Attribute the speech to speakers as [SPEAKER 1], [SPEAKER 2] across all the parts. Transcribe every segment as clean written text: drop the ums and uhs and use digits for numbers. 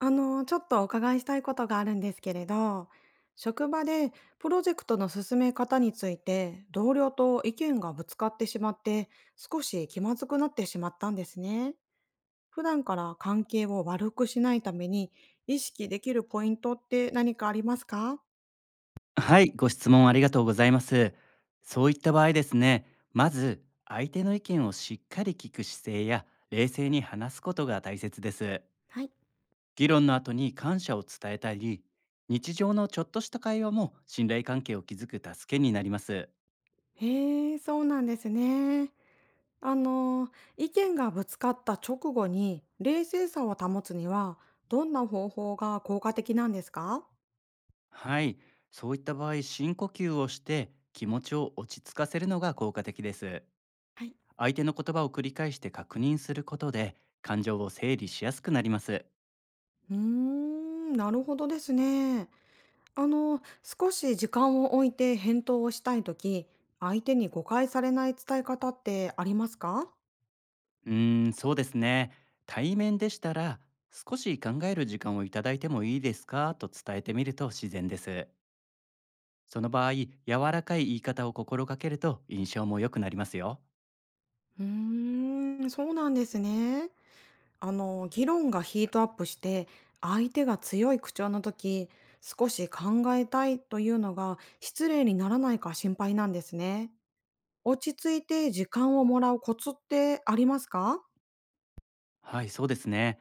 [SPEAKER 1] ちょっとお伺いしたいことがあるんですけれど、職場でプロジェクトの進め方について同僚と意見がぶつかってしまって、少し気まずくなってしまったんですね。普段から関係を悪くしないために意識できるポイントって何かありますか？
[SPEAKER 2] はい、ご質問ありがとうございます。そういった場合ですね、まず相手の意見をしっかり聞く姿勢や冷静に話すことが大切です。
[SPEAKER 1] はい。
[SPEAKER 2] 議論の後に感謝を伝えたり、日常のちょっとした会話も信頼関係を築く助けになります。
[SPEAKER 1] へえ、そうなんですね。あの、意見がぶつかった直後に冷静さを保つには、どんな方法が効果的なんですか？
[SPEAKER 2] はい、そういった場合、深呼吸をして気持ちを落ち着かせるのが効果的です。相手の言葉を繰り返して確認することで感情を整理しやすくなります。
[SPEAKER 1] うーん、なるほどですね。少し時間を置いて返答をしたいとき、相手に誤解されない伝え方ってありますか？
[SPEAKER 2] うーん、そうですね。対面でしたら、少し考える時間をいただいてもいいですかと伝えてみると自然です。その場合、柔らかい言い方を心がけると印象も良くなりますよ。
[SPEAKER 1] うーん、そうなんですね。議論がヒートアップして、相手が強い口調のとき、少し考えたいというのが失礼にならないか心配なんですね。落ち着いて時間をもらうコツってありますか？
[SPEAKER 2] はい、そうですね。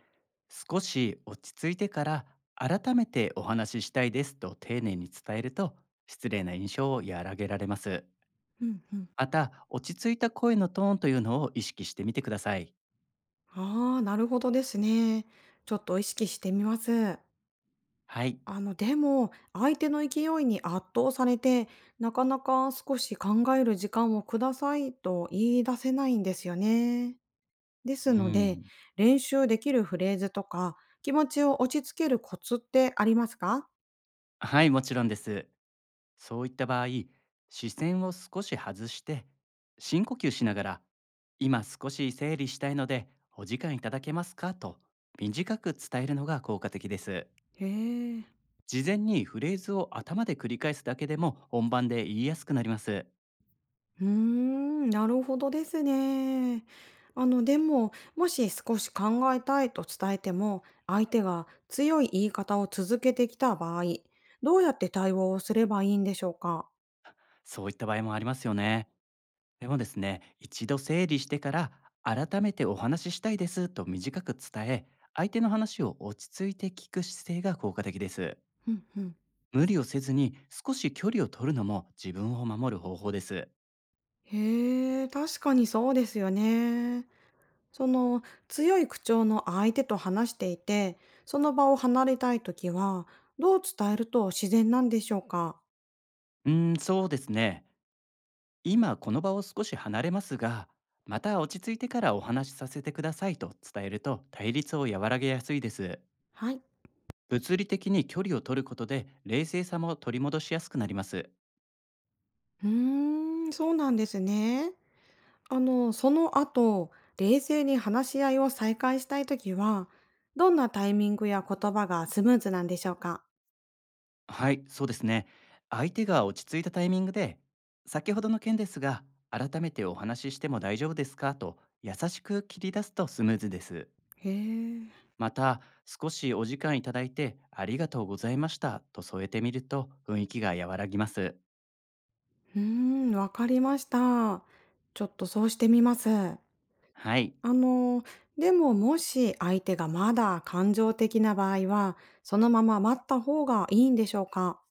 [SPEAKER 2] 少し落ち着いてから、改めてお話ししたいですと丁寧に伝えると、失礼な印象を和らげられます。
[SPEAKER 1] うん。
[SPEAKER 2] また、落ち着いた声のトーンというのを意識してみてください。
[SPEAKER 1] ああ、なるほどですね。ちょっと意識してみます。
[SPEAKER 2] はい。
[SPEAKER 1] でも、相手の勢いに圧倒されて、なかなか少し考える時間をくださいと言い出せないんですよね。で
[SPEAKER 2] う
[SPEAKER 1] すので、
[SPEAKER 2] ん。
[SPEAKER 1] 練習できるフレーズとか、気持ちを落ち着けるコツってありますか？
[SPEAKER 2] はい、もちろんです。そういった場合、視線を少し外して、深呼吸しながら、今少し整理したいので、お時間いただけますかと短く伝えるのが効果的です。
[SPEAKER 1] へえ。
[SPEAKER 2] 事前にフレーズを頭で繰り返すだけでも本番で言いやすくなります。
[SPEAKER 1] うーん、なるほどですね。でも、もし少し考えたいと伝えても、相手が強い言い方を続けてきた場合、どうやって対応をすればいいんでしょうか？
[SPEAKER 2] そういった場合もありますよね。でもですね、一度整理してから、改めてお話ししたいですと短く伝え、相手の話を落ち着いて聞く姿勢が効果的です。
[SPEAKER 1] うんうん。
[SPEAKER 2] 無理をせずに少し距離を取るのも自分を守る方法です。
[SPEAKER 1] へえ、確かにそうですよね。その強い口調の相手と話していて、その場を離れたいときは、どう伝えると自然なんでしょうか？
[SPEAKER 2] うーん、そうですね。今この場を少し離れますが、また落ち着いてからお話しさせてくださいと伝えると対立を和らげやすいです。
[SPEAKER 1] はい。
[SPEAKER 2] 物理的に距離を取ることで冷静さも取り戻しやすくなります。
[SPEAKER 1] うーん、そうなんですね。その後、冷静に話し合いを再開したいときは、どんなタイミングや言葉がスムーズなんでしょうか？
[SPEAKER 2] はい、そうですね。相手が落ち着いたタイミングで、先ほどの件ですが、改めてお話ししても大丈夫ですかと優しく切り出すとスムーズです。
[SPEAKER 1] へえ。
[SPEAKER 2] また、少しお時間いただいてありがとうございましたと添えてみると雰囲気が和らぎます。
[SPEAKER 1] うーん、わかりました。ちょっとそうしてみます。
[SPEAKER 2] はい、
[SPEAKER 1] の、でももし相手がまだ感情的な場合は、そのまま待った方がいいんでしょうか？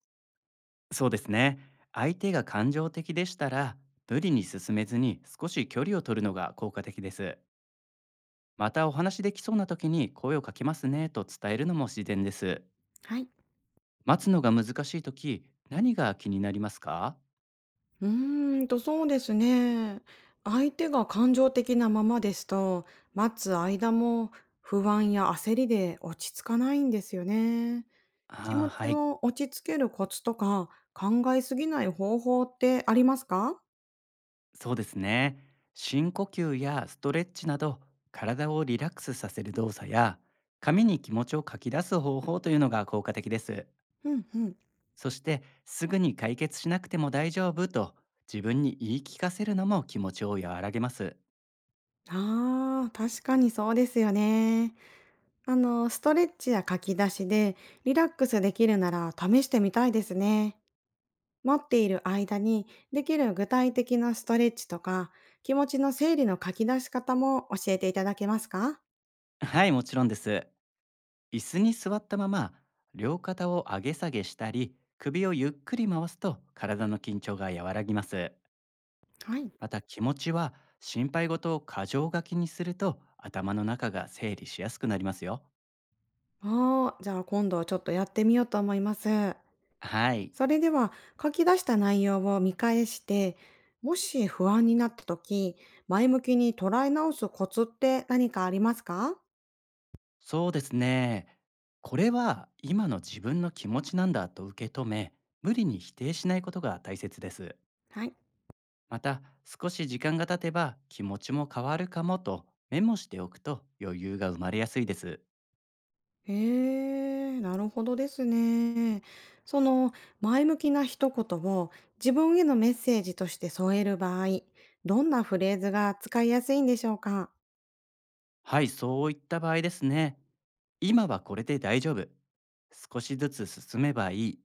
[SPEAKER 2] そうですね。相手が感情的でしたら、無理に進めずに少し距離を取るのが効果的です。またお話できそうな時に声をかけますねと伝えるのも自然です。
[SPEAKER 1] はい。
[SPEAKER 2] 待つのが難しい時、何が気になりますか？
[SPEAKER 1] うーんと、そうですね。相手が感情的なままですと、待つ間も不安や焦りで落ち着かないんですよね。気
[SPEAKER 2] あ
[SPEAKER 1] 持
[SPEAKER 2] あー、は
[SPEAKER 1] ち
[SPEAKER 2] い。
[SPEAKER 1] を落ち着けるコツとか、考えすぎない方法ってありますか？
[SPEAKER 2] そうですね。深呼吸やストレッチなど、体をリラックスさせる動作や、紙に気持ちを書き出す方法というのが効果的です。
[SPEAKER 1] うんうん。
[SPEAKER 2] そして、すぐに解決しなくても大丈夫と自分に言い聞かせるのも気持ちを和らげます。
[SPEAKER 1] ああ、確かにそうですよね。ストレッチや書き出しでリラックスできるなら試してみたいですね。待っている間にできる具体的なストレッチとか、気持ちの整理の書き出し方も教えていただけますか？
[SPEAKER 2] はい、もちろんです。椅子に座ったまま、両肩を上げ下げしたり、首をゆっくり回すと体の緊張が和らぎます。
[SPEAKER 1] はい。
[SPEAKER 2] また気持ちは心配事を過剰書きにすると頭の中が整理しやすくなりますよ。
[SPEAKER 1] ああ、じゃあ今度はちょっとやってみようと思います。
[SPEAKER 2] はい、
[SPEAKER 1] それでは書き出した内容を見返して、もし不安になった時、前向きに捉え直すコツって何かありますか？
[SPEAKER 2] そうですね。これは今の自分の気持ちなんだと受け止め、無理に否定しないことが大切です。
[SPEAKER 1] はい。
[SPEAKER 2] また少し時間が経てば気持ちも変わるかもとメモしておくと余裕が生まれやすいです。
[SPEAKER 1] へえ、なるほどですね。その前向きな一言を自分へのメッセージとして添える場合、どんなフレーズが使いやすいんでしょうか？
[SPEAKER 2] はい、そういった場合ですね。今はこれで大丈夫。少しずつ進めばいい、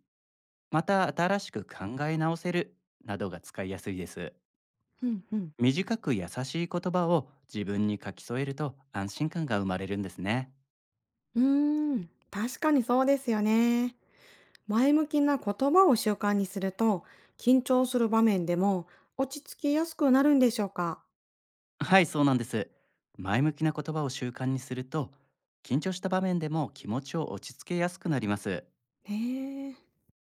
[SPEAKER 2] また新しく考え直せる、などが使いやすいです。
[SPEAKER 1] うんうん。
[SPEAKER 2] 短く優しい言葉を自分に書き添えると安心感が生まれるんですね。
[SPEAKER 1] うーん、確かにそうですよね。前向きな言葉を習慣にすると、緊張する場面でも落ち着きやすくなるんでしょうか？
[SPEAKER 2] はい、そうなんです。前向きな言葉を習慣にすると、緊張した場面でも気持ちを落ち着けやすくなります。
[SPEAKER 1] へえ、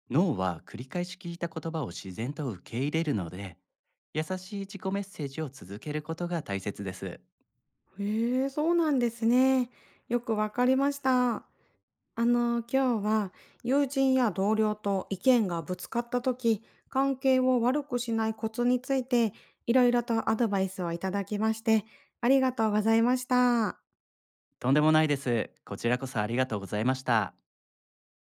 [SPEAKER 2] 脳は繰り返し聞いた言葉を自然と受け入れるので、優しい自己メッセージを続けることが大切です。
[SPEAKER 1] へえ、そうなんですね。よくわかりました。今日は友人や同僚と意見がぶつかった時、関係を悪くしないコツについていろいろとアドバイスをいただきまして、ありがとうございました。
[SPEAKER 2] とんでもないです。こちらこそありがとうございました。